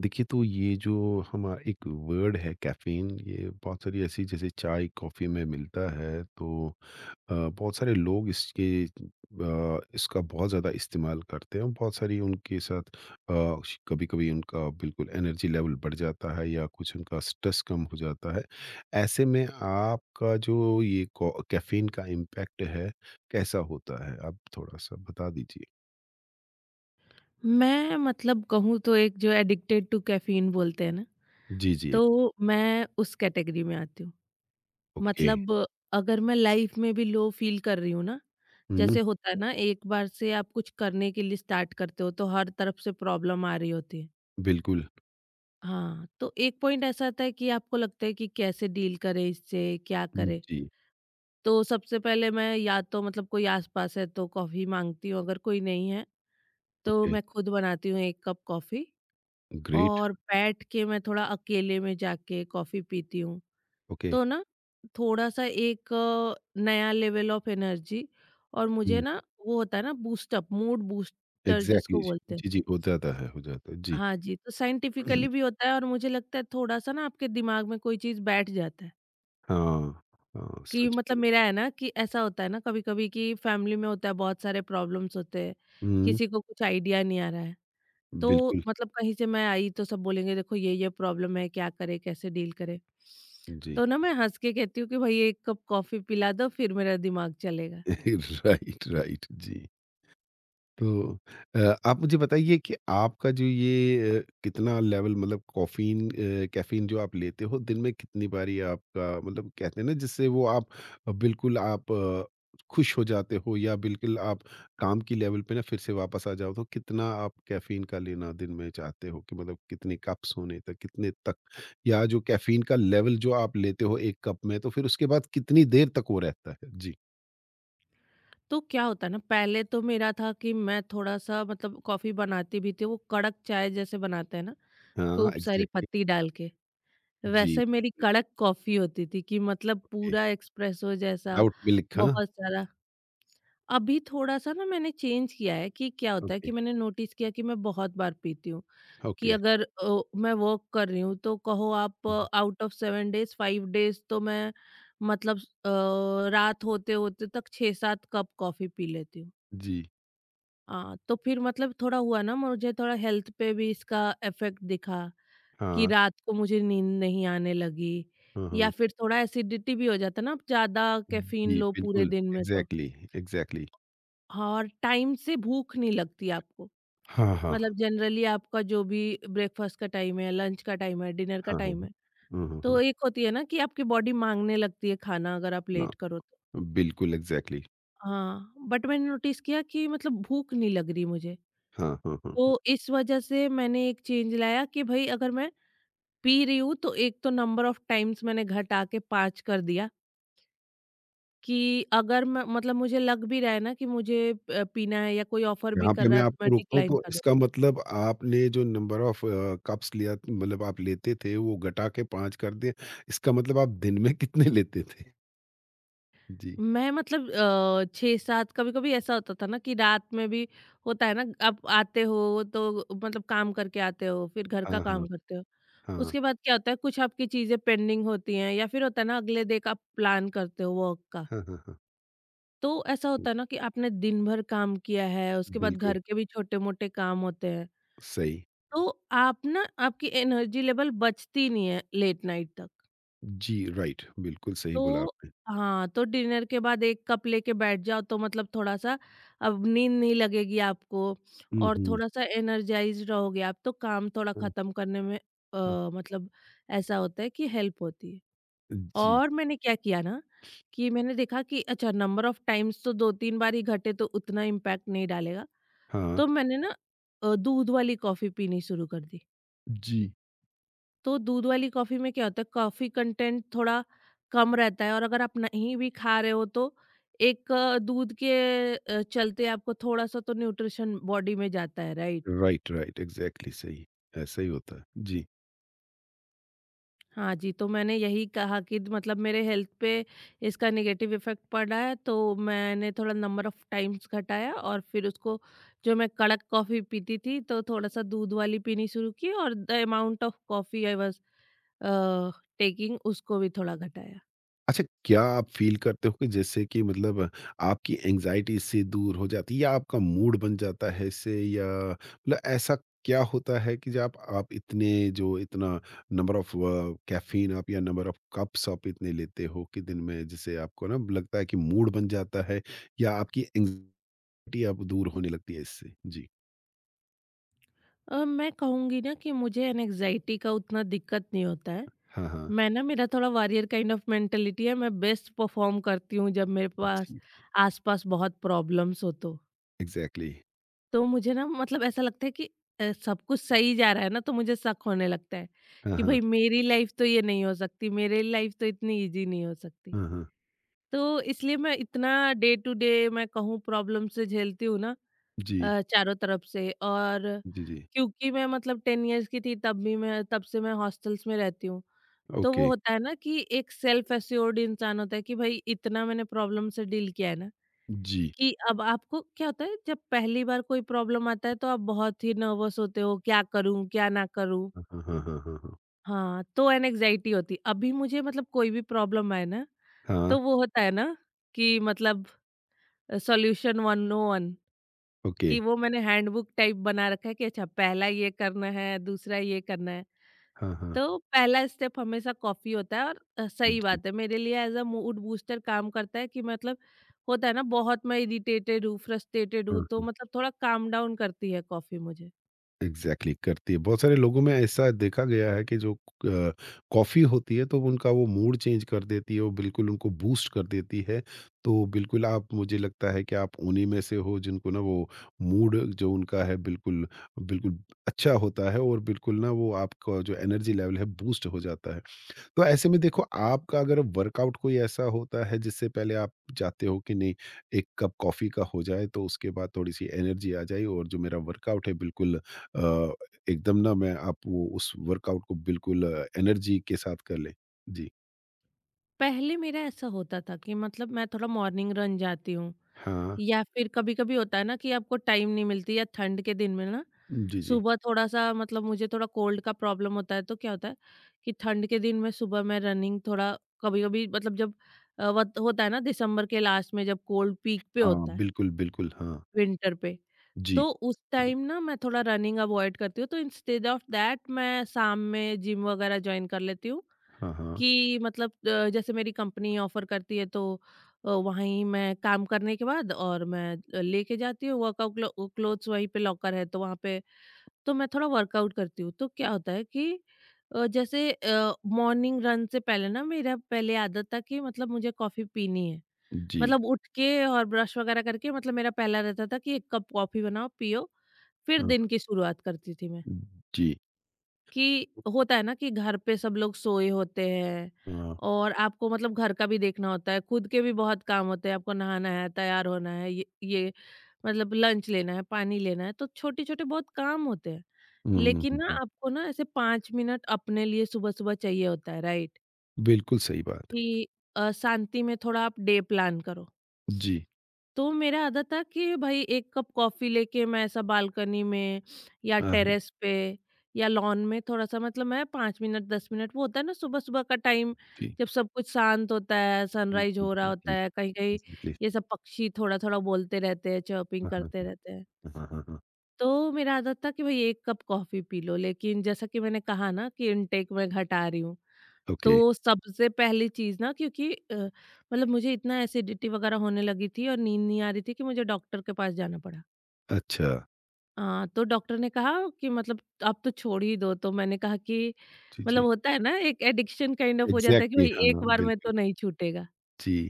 देखिए, तो ये जो हमारा एक वर्ड है कैफ़ीन, ये बहुत सारी ऐसी जैसे चाय कॉफ़ी में मिलता है, तो बहुत सारे लोग इसका बहुत ज़्यादा इस्तेमाल करते हैं। बहुत सारी उनके साथ कभी कभी उनका बिल्कुल एनर्जी लेवल बढ़ जाता है, या कुछ उनका स्ट्रेस कम हो जाता है। ऐसे में आपका जो ये कैफ़ीन का इम्पैक्ट है, कैसा होता है, आप थोड़ा सा बता दीजिए। मैं मतलब कहूँ तो एक जो एडिक्टेड टू कैफीन बोलते हैं ना, जी, जी। तो मैं उस कैटेगरी में आती हूँ। ओके। मतलब अगर मैं लाइफ में भी लो फील कर रही हूँ ना, हुँ, जैसे होता है ना एक बार से आप कुछ करने के लिए स्टार्ट करते हो तो हर तरफ से प्रॉब्लम आ रही होती है। बिल्कुल। हाँ, तो एक पॉइंट ऐसा आता है कि आपको लगता है कि कैसे डील करें इससे, क्या करें? जी। तो सबसे पहले मैं या तो मतलब कोई आस-पास है तो कॉफ़ी माँगती हूँ, अगर कोई नहीं है तो ओके, मैं खुद बनाती हूँ 1 कप कॉफ़ी ग्रेट, और बैठ के मैं थोड़ा अकेले में जाके कॉफ़ी पीती हूँ। ओके। तो ना थोड़ा सा एक नया लेवल ऑफ एनर्जी और मुझे हुँ, ना वो होता है ना boost up mood booster exactly, जिसको जी, बोलते हैं। जी, जी, हो जाता है, जी। हाँ जी, तो हम्म। साइंटिफिकली भी होता है और मुझे लगता है थोड़ा सा ना आपके दिमाग में कोई चीज़ बैठ जाता है हाँ, हाँ, कि सच मतलब बोला। मेरा है ना कि ऐसा होता है ना कभी-कभी कि फैमिली में होता है बहुत सारे प्रॉब्लम्स होते हैं, हुँ, किसी को कुछ आइडिया नहीं आ रहा है। तो बिल्कुल, मतलब कहीं से मैं आई तो सब बोलेंगे देखो ये प्रॉब्लम है क्या करे कैसे डील करे जी। तो ना मैं हंस के कहती हूँ कि भाई एक कप कॉफी पिला दो फिर मेरा दिमाग चलेगा। राइट, राइट, जी। तो आप मुझे बताइए कि आपका जो ये कितना लेवल मतलब कैफ़ीन जो आप लेते हो, दिन में कितनी बारी आपका मतलब कहते हैं ना जिससे वो बिल्कुल आप खुश हो जाते हो, या बिल्कुल आप काम की लेवल पे ना फिर से वापस आ जाओ, तो कितना आप कैफ़ीन का लेना दिन में चाहते हो कि मतलब कितने कप्स होने तक, कितने तक, या जो कैफ़ीन का लेवल जो आप लेते हो 1 कप में, तो फिर उसके बाद कितनी देर तक वो रहता है? जी। तो क्या होता है ना पहले तो मेरा था कि मैं थोड़ा सा मतलब कॉफी बनाती भी थी वो कड़क चाय जैसे बनाते हैं ना हाँ, खूब सारी एग्ज़ैक्टली। पत्ती डाल के, जी, वैसे मेरी कड़क कॉफी होती थी कि मतलब जी। पूरा एक्सप्रेसो जैसा विदाउट मिल्क, हाँ। बहुत सारा। अभी थोड़ा सा ना मैंने चेंज किया है कि क्या होता है ओके, कि मैंने नोटिस किया कि मैं बहुत बार पीती हूँ कि ओके। अगर मैं वर्क कर रही हूँ तो कहो आप हुँ, out of seven days 5 days तो मैं मतलब रात होते होते तक 6-7 कप कॉफ़ी पी लेती हूँ। जी, हाँ, तो फिर मतलब थोड़ा हुआ ना मुझे थोड़ा हेल्थ पे भी इसका इफ़ेक्ट दिखा कि हाँ, रात को मुझे नींद नहीं आने लगी हाँ, या हाँ। फिर थोड़ा एसिडिटी भी हो जाता है ना, आप ज़्यादा कैफ़ीन जी, लो पूरे बिल्कुल, दिन में तो। Exactly, exactly. हाँ, और टाइम से भूख नहीं लगती आपको। हाँ, हाँ, मतलब जनरली आपका जो भी ब्रेकफ़ास्ट का टाइम है, लंच का टाइम है, डिनर का हाँ, हाँ। टाइम है हाँ, हाँ, तो हाँ। एक होती है ना कि आपकी बॉडी माँगने लगती है खाना अगर आप हाँ, लेट करो तो। बिल्कुल एग्ज़ैक्टली। हाँ, बट मैंने नोटिस किया कि मतलब भूख नहीं लग रही मुझे। हाँ, हाँ, हाँ, हाँ। तो इस वजह से मैंने एक चेंज लाया कि भई अगर मैं पी रही हूँ तो एक तो नंबर ऑफ टाइम्स मैंने घटा के 5 कर दिया कि अगर मैं मतलब मुझे लग भी रहा है ना कि मुझे पीना है या कोई ऑफर भी यहाँ पे कर रहा मैं है तो आपको मैं रोकता हूँ, डिक्लाइन तो कर इसका देती हूँ। मतलब आपने जो नंबर ऑफ कप्स लिया मतलब आप लेते थे, वो घटा के 5 कर दिए, इसका मतलब आप दिन में कितने लेते थे? जी, मैं मतलब 6-7, कभी-कभी ऐसा होता था ना कि रात में भी होता है ना आप आते हो तो मतलब काम करके आते हो, फिर घर का हाँ, हाँ, काम करते हो। हाँ, उसके बाद क्या होता है कुछ आपकी चीज़ें पेंडिंग होती हैं या फिर होता है ना अगले डे का प्लान करते हो वर्क का। हाँ, हाँ, हाँ। तो ऐसा होता है ना कि आपने दिन भर काम किया है, उसके बाद बिल्कुल, घर के भी छोटे-मोटे काम होते हैं। सही। तो आप ना आपकी एनर्जी लेवल बचती नहीं है लेट नाइट तक। जी, राइट, बिल्कुल सही बोला तो आपने। हाँ, तो डिनर के बाद 1 कप लेके बैठ जाओ तो मतलब थोड़ा-सा अब नींद नहीं लगेगी आपको हुँ, और हुँ। थोड़ा-सा एनर्जाइज़्ड रहोगे आप, तो काम थोड़ा हुँ, ख़त्म करने में हुँ। मतलब ऐसा होता है कि हेल्प होती है। जी। और मैंने क्या किया ना, कि मैंने देखा कि अच्छा नंबर ऑफ टाइम्स तो 2-3 बार ही घटे तो उतना इम्पैक्ट नहीं डालेगा, हाँ। तो मैंने ना दूध वाली कॉफ़ी पीनी शुरू कर दी। जी। तो दूध वाली कॉफ़ी में क्या होता है कॉफ़ी कंटेंट थोड़ा कम रहता है और अगर आप नहीं भी खा रहे हो तो एक दूध के चलते आपको थोड़ा सा तो न्यूट्रिशन बॉडी में जाता है राइट। राइट, राइट, एग्ज़ैक्टली सही, ऐसा ही होता है। जी। हाँ जी, तो मैंने यही कहा कि मतलब मेरे हेल्थ पे इसका नेगेटिव इफेक्ट पड़ा है तो मैंने थोड़ा नंबर ऑफ टाइम्स घटाया और फिर उसको, जो मैं कड़क कॉफ़ी पीती थी तो थोड़ा सा दूध वाली पीनी शुरू की और the amount of coffee I was taking उसको भी थोड़ा घटाया। अच्छा, क्या आप फ़ील करते हो कि जैसे कि मतलब आपकी एंग्ज़ायटी इससे दूर हो जाती है, या आपका मूड बन जाता है इससे, या मतलब ऐसा क्या होता है कि जब आप इतने जो इतना नंबर ऑफ़ कैफ़ीन आप, या नंबर ऑफ़ कप्स आप इतने लेते हो कि दिन में, जिससे आपको ना लगता है कि मूड बन जाता है या आपकी एंग्ज़ायटी अब दूर होने लगती है इससे? जी। मैं कहूँगी ना कि मुझे एंग्जायटी का उतना दिक्कत नहीं होता है। हाँ, हाँ। मैं ना मेरा थोड़ा वॉरियर काइंड ऑफ मेंटालिटी है, मैं बेस्ट परफ़ॉर्म करती हूँ जब मेरे पास जी, आस-पास बहुत प्रॉब्लम्स हो तो। एग्ज़ैक्टली। तो मुझे ना मतलब ऐसा लगता है कि सब कुछ सही जा रहा है ना तो मुझे शक होने लगता है, हाँ, कि हाँ। भाई मेरी लाइफ़ तो ये नहीं हो सकती, मेरी लाइफ़ तो इतनी ईज़ी नहीं हो सकती। हाँ, हाँ। तो इसलिए मैं इतना डे टू डे मैं कहूँ प्रॉब्लम से झेलती हूँ ना जी, चारों तरफ से। और जी, जी। क्योंकि मैं मतलब 10 इयर्स की थी तब भी मैं तब से मैं हॉस्टल्स में रहती हूँ। तो ओके, वो होता है ना कि एक सेल्फ एश्योर्ड इंसान होता है कि भाई इतना मैंने प्रॉब्लम से डील किया है ना जी। कि अब आपको क्या होता है जब पहली बार कोई प्रॉब्लम आता है तो आप बहुत ही नर्वस होते हो, क्या करूँ, क्या ना करूँ? हाँ, हाँ, हाँ, हाँ, हाँ, हाँ। हाँ, तो एंग्जायटी होती है। अभी मुझे मतलब कोई भी प्रॉब्लम आए ना, हाँ, तो वो होता है ना कि मतलब सॉल्यूशन 101, ओके। कि वो मैंने हैंडबुक टाइप बना रखा है कि अच्छा पहला ये करना है, दूसरा ये करना है। हाँ, हाँ। तो पहला स्टेप हमेशा कॉफ़ी होता है और सही जी, बात है मेरे लिए एज़ अ मूड बूस्टर काम करता है कि मतलब होता है ना बहुत मैं इरिटेटेड हूँ, फ्रस्ट्रेटेड हूँ तो हाँ। मतलब थोड़ा काम डाउन करती है कॉफ़ी मुझे। एग्ज़ैक्टली करती है। बहुत सारे लोगों में ऐसा देखा गया है कि जो कॉफ़ी होती है तो उनका वो मूड चेंज कर देती है, वो बिल्कुल उनको बूस्ट कर देती है। तो बिल्कुल, आप मुझे लगता है कि आप उन्हीं में से हो जिनको ना वो मूड जो उनका है बिल्कुल बिल्कुल अच्छा होता है, और बिल्कुल ना वो आपका जो एनर्जी लेवल है बूस्ट हो जाता है। तो ऐसे में देखो, आपका अगर वर्कआउट कोई ऐसा होता है जिससे पहले आप चाहते हो कि नहीं, एक कप कॉफ़ी का हो जाए, तो उसके बाद थोड़ी-सी एनर्जी आ जाए, और जो मेरा वर्कआउट है बिल्कुल एकदम ना मैं आप वो उस वर्कआउट को बिल्कुल एनर्जी के साथ कर लें? जी। पहले मेरा ऐसा होता था कि मतलब मैं थोड़ा मॉर्निंग रन जाती हूँ हाँ। या फिर कभी-कभी होता है ना कि आपको टाइम नहीं मिलती या ठंड के दिन में ना जी, जी। सुबह थोड़ा-सा मतलब मुझे थोड़ा कोल्ड का प्रॉब्लम होता है, तो क्या होता है कि ठंड के दिन में सुबह मैं रनिंग थोड़ा कभी-कभी मतलब जब वत होता है ना दिसंबर के लास्ट में जब कोल्ड पीक पे हाँ, होता है, बिल्कुल, बिल्कुल। हाँ। विंटर पे, जी। तो उस टाइम ना मैं थोड़ा रनिंग अवॉइड करती हूँ। तो इंस्टेड ऑफ दैट मैं शाम में जिम वगैरह जॉइन कर लेती हूँ हाँ, हाँ। कि मतलब जैसे मेरी कंपनी ऑफ़र करती है तो वहीं मैं काम करने के बाद और मैं लेके जाती हूँ वर्कआउट क्लोथ्स वहीं पे लॉकर है, तो वहाँ पे तो मैं थोड़ा वर्कआउट करती हूँ तो क्या होता है कि जैसे मॉर्निंग रन से पहले ना मेरा पहले आदत था कि मतलब मुझे कॉफ़ी पीनी है, जी। मतलब उठ के और ब्रश वगैरह करके मतलब मेरा पहला रहता था कि एक कप कॉफ़ी बनाओ पियो फिर हाँ, दिन की शुरुआत करती थी मैं जी। कि होता है ना कि घर पे सब लोग सोए होते हैं हाँ। और आपको मतलब घर का भी देखना होता है खुद के भी बहुत काम होते हैं, आपको नहाना है, तैयार होना है, ये मतलब लंच लेना है, पानी लेना है तो छोटे छोटे बहुत काम होते हैं। हुँ, हुँ, लेकिन हुँ, ना हुँ। आपको ना ऐसे 5 मिनट अपने लिए सुबह-सुबह चाहिए होता है, राइट? बिल्कुल सही बात है। कि शांति में थोड़ा आप डे प्लान करो। जी। तो मेरा आदत था कि भाई 1 कप कॉफ़ी लेके मैं ऐसा बालकनी में या हाँ, हाँ। टेरेस पे या लॉन में थोड़ा-सा मतलब मैं 5 मिनट 10 मिनट वो होता है ना सुबह-सुबह का टाइम जी। जब सब कुछ शांत होता है, हुँ, सनराइज़ हुँ। हो रहा जी, होता है, कहीं-कहीं एग्ज़ैक्टली। ये सब पक्षी थोड़ा-थोड़ा बोलते रहते हैं, चर्पिंग हाँ, हाँ, करते हाँ। रहते हैं। हाँ, हाँ, हाँ। तो मेरा आदत था कि भई 1 कप कॉफ़ी पी लो, लेकिन जैसा कि मैंने कहा ना कि इनटेक मैं घटा रही हूँ, ओके, तो सबसे पहली चीज़ ना क्योंकि मतलब मुझे इतना एसिडिटी वगैरह होने लगी थी और नींद नहीं आ रही थी कि मुझे डॉक्टर के पास जाना पड़ा। अच्छा। तो डॉक्टर ने कहा कि मतलब अब तो छोड़ ही दो, तो मैंने कहा कि जी, मतलब जी। होता है ना एक एडिक्शन काइंड ऑफ हो जाता है कि एग्ज़ैक्टली, भई हाँ, एक हाँ, बार में तो बिल्कुल। नहीं छूटेगा। जी,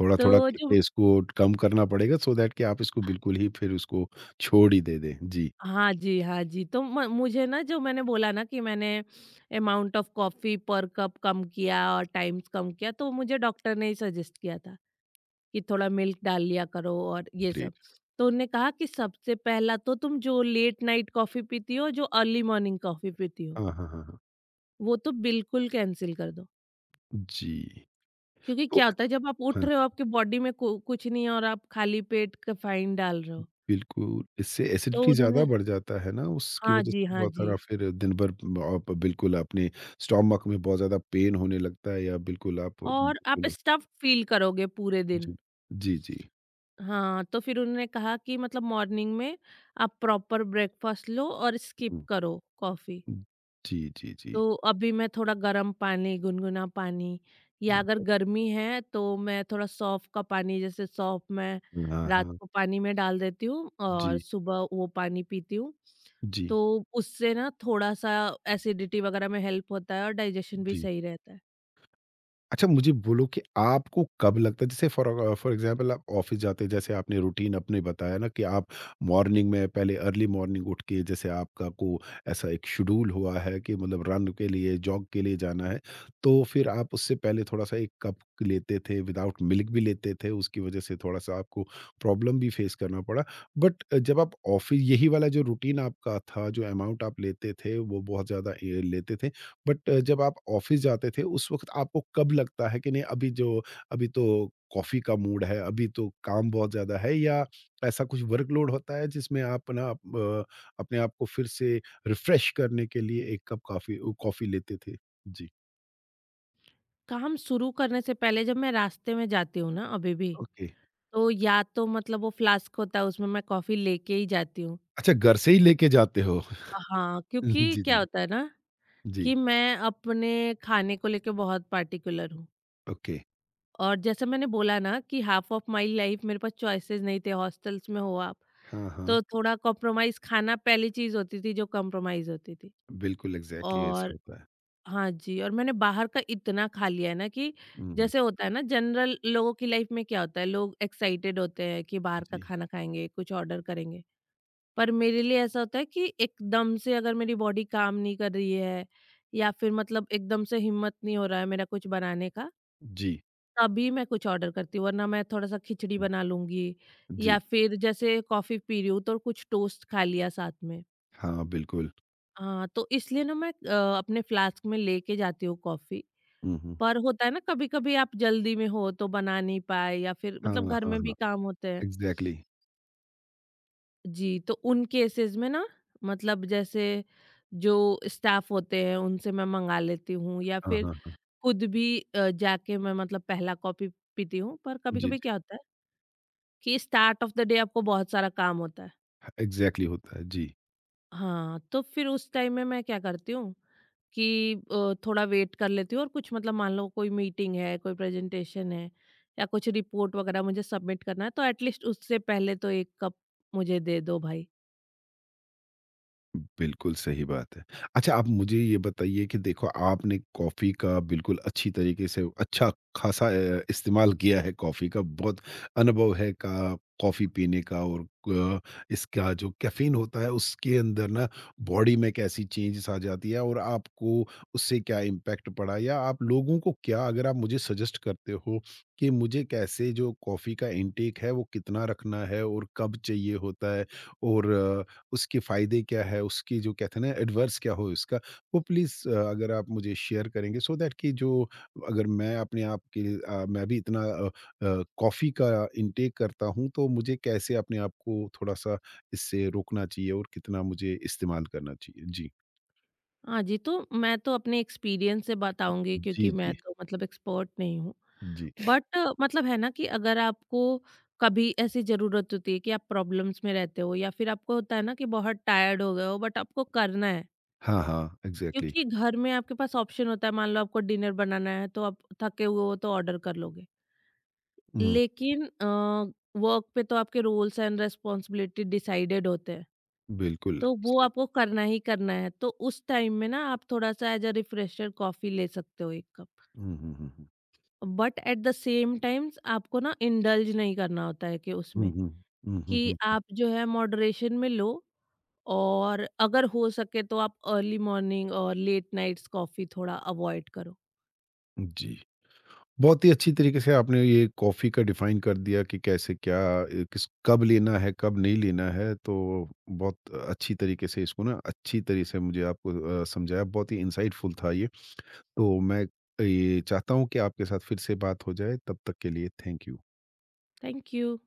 थोड़ा-थोड़ा तो जो करके इसको कम करना पड़ेगा, सो दैट कि आप इसको बिल्कुल ही फिर उसको छोड़ ही दे दें। जी, हाँ जी, हाँ जी। तो म मुझे ना जो मैंने बोला ना कि मैंने अमाउंट ऑफ कॉफ़ी पर कप कम किया और टाइम्स कम किया, तो मुझे डॉक्टर ने ही सजेस्ट किया था कि थोड़ा मिल्क डाल लिया करो और ये सब। ग्रेट। तो उन्होंने कहा कि सबसे पहला तो तुम जो लेट नाइट कॉफ़ी पीती हो, जो अर्ली मॉर्निंग कॉफ़ी पीती हो, हाँ, हाँ, हाँ, हाँ। वो तो बिल्कुल कैंसल कर दो। जी, क्योंकि तो क्या होता है अच्छा, जब आप उठ हाँ, रहे हो आपकी बॉडी में कु कुछ नहीं है और आप खाली पेट कैफ़ीन डाल रहे हो। बिल्कुल इससे तो एसिडिटी ज़्यादा उन्होंने बढ़ जाता है ना, उसकी हाँ वज़ह जी, से हाँ बहुत सारा जी। फिर दिन भर आप बिल्कुल अपने स्टमक में बहुत ज़्यादा पेन होने लगता है, या बिल्कुल आप और आप बिल्कुल। स्टफ़्ड फ़ील करोगे पूरे दिन। जी, जी, जी। हाँ, तो फिर उन्होंने कहा कि मतलब मॉर्निंग में आप प्रॉपर ब्रेकफास्ट लो और स्किप हुँ, करो कॉफ़ी। हुँ। जी, जी, जी। तो अभी मैं थोड़ा गर्म पानी, गुनगुना पानी या हम्म, अगर गर्मी है तो मैं थोड़ा सौंफ का पानी, जैसे सौंफ मैं हाँ, रात हाँ। को पानी में डाल देती हूँ और जी। सुबह वो पानी पीती हूँ। जी, तो उससे ना थोड़ा-सा एसिडिटी वगैरह में हेल्प होता है और डाइजेशन भी जी। सही रहता है। अच्छा, मुझे बोलो कि आपको कब लगता है, जैसे फॉर एग्ज़ाम्पल आप ऑफ़िस जाते हैं, जैसे आपने रूटीन अपने बताया ना कि आप मॉर्निंग में पहले अर्ली मॉर्निंग उठ के जैसे आपका को ऐसा एक शेड्यूल हुआ है कि मतलब रन के लिए, जॉग के लिए जाना है। तो फिर आप उससे पहले थोड़ा-सा एक कप लेते थे, विदाउट मिल्क भी लेते थे, उसकी वज़ह से थोड़ा-सा आपको प्रॉब्लम भी फ़ेस करना पड़ा। बट जब आप ऑफ़िस यही वाला जो रूटीन आपका था, जो अमाउंट आप लेते थे, वो बहुत ज़्यादा ए लेते थे। बट जब आप ऑफिस जाते थे उस वक़्त आपको कब लगता है कि नहीं, अभी तो कॉफ़ी का मूड है, अभी तो काम बहुत ज़्यादा है, या ऐसा कुछ वर्कलोड होता है जिसमें आप ना अपने आप को फिर से रिफ्रेश करने के लिए 1 कप कॉफ़ी लेते थे? जी। काम शुरू करने से पहले जब मैं रास्ते में जाती हूँ ना अभी भी, ओके। तो या तो मतलब वो फ्लास्क होता है उसमें मैं कॉफ़ी लेके ही जाती हूँ। अच्छा, घर से ही लेके जाते हो? हाँ, क्योंकि जी, क्या जी। होता है ना जी। कि मैं अपने खाने को लेके बहुत पार्टिकुलर हूँ। ओके। और जैसे मैंने बोला ना कि हाफ़ ऑफ माई लाइफ़ मेरे पास चॉइसेस नहीं थे, हॉस्टल्स में हो आप, हाँ, हाँ। तो थोड़ा कॉम्प्रोमाइज़ खाना पहली चीज़ होती थी जो कॉम्प्रोमाइज़ होती थी। बिल्कुल एग्ज़ैक्टली ऐसा और होता है। हाँ जी, और मैंने बाहर का इतना खा लिया है ना कि हुँ, हुँ। जैसे होता है ना जनरल लोगों की लाइफ़ में क्या होता है, लोग एक्साइटेड होते हैं कि बाहर का जी। खाना खाएँगे, कुछ ऑर्डर करेंगे। पर मेरे लिए ऐसा होता है कि एकदम से अगर मेरी बॉडी काम नहीं कर रही है या फिर मतलब एकदम से हिम्मत नहीं हो रहा है मेरा कुछ बनाने का, जी। तभी मैं कुछ ऑर्डर करती हूँ, वरना मैं थोड़ा सा खिचड़ी बना लूंगी या जी। फिर जैसे कॉफी पी रही हूँ तो कुछ टोस्ट खा लिया साथ में। हाँ, बिल्कुल। हाँ, तो इसलिए ना मैं अपने फ्लास्क में लेके जाती हूँ कॉफी। हुँ, हुँ। पर होता है ना कभी कभी आप जल्दी में हो तो बना नहीं पाए या फिर हाँ, मतलब घर हाँ, में भी हाँ। काम होते हैं। एग्ज़ैक्टली। जी, तो उन केसेज़ में ना मतलब जैसे जो स्टाफ़ होते हैं उनसे मैं मँगा लेती हूँ या हाँ, फिर हाँ। खुद भी जाके मैं मतलब पहला कॉफ़ी पीती हूँ। पर जी, कभी-कभी जी। क्या होता है कि स्टार्ट ऑफ द डे आपको बहुत सारा काम होता है। एग्ज़ैक्टली होता है। जी। हाँ, तो फिर उस टाइम में मैं क्या करती हूँ कि थोड़ा वेट कर लेती हूँ और कुछ मतलब मान लो कोई मीटिंग है, कोई प्रेज़ेंटेशन है या कुछ रिपोर्ट वग़ैरह मुझे सबमिट करना है तो एट लीस्ट उससे पहले तो 1 कप मुझे दे दो भाई। बिल्कुल सही बात है। अच्छा, आप मुझे ये बताइए कि देखो, आपने कॉफ़ी का बिल्कुल अच्छी तरीके से अच्छा ख़ासा इस्तेमाल किया है कॉफ़ी का, बहुत अनुभव है का कॉफ़ी पीने का, और क इसका जो कैफ़ीन होता है उसके अंदर ना बॉडी में कैसी चेंजेज़ आ जाती है, और आपको उससे क्या इम्पैक्ट पड़ा, या आप लोगों को क्या, अगर आप मुझे सजेस्ट करते हो कि मुझे कैसे, जो कॉफ़ी का इंटेक है वो कितना रखना है और कब चाहिए होता है, और उसके फ़ायदे क्या हैं? उसकी जो कहते हैं ना, एडवर्स क्या हो इसका? वो प्लीज़ अगर आप मुझे शेयर करेंगे, सो दैट कि जो अगर मैं अपने आप के लिए, मैं भी इतना कॉफ़ी का इंटेक करता हूँ, तो मुझे कैसे अपने आप को थोड़ा-सा इससे रोकना चाहिए और कितना मुझे इस्तेमाल करना चाहिए? जी। हाँ जी, तो मैं तो अपने एक्सपीरियंस से बताऊँगी क्योंकि जी, मैं जी। तो मतलब एक्सपर्ट नहीं हूँ। जी। बट मतलब है ना कि अगर आपको कभी ऐसी ज़रूरत होती है कि आप प्रॉब्लम्स में रहते हो या फिर आपको होता है ना कि बहुत टायर्ड हो गए हो बट आपको करना है, हाँ, हाँ। एग्ज़ैक्टली। क्योंकि घर में आपके पास ऑप्शन होता है मान लो आपको डिनर बनाना है तो आप थके हुए हो तो ऑर्डर कर लोगे। हुँ, लेकिन वर्क पे तो आपके रूल्स एंड रिस्पॉन्सिबिलिटी डिसाइडेड होते हैं। बिल्कुल तो वो सही। आपको करना ही करना है। तो उस टाइम में ना आप थोड़ा-सा एज़ अ रिफ्रेशर कॉफ़ी ले सकते हो 1 कप। हुँ, हुँ, हुँ, हुँ। But at the same times आपको ना इंडल्ज नहीं करना होता है कि हुँ, उसमें, हुँ। हुँ, हुँ, कि हुँ। आप जो है मॉडरेशन में लो और अगर हो सके तो आप अर्ली मॉर्निंग और लेट नाइट्स कॉफ़ी थोड़ा अवॉइड करो। जी। बहुत ही अच्छी तरीके से आपने ये कॉफ़ी का डिफ़ाइन कर दिया कि कैसे, क्या किस, कब लेना है, कब नहीं लेना है। तो बहुत अच्छी तरीके से इसको ना अच्छी तरह से मुझे आपको समझाया। बहुत ही इनसाइटफुल था ये। तो मैं ये चाहता हूँ कि आपके साथ फिर से बात हो जाए। तब तक के लिए थैंक यू। Thank you.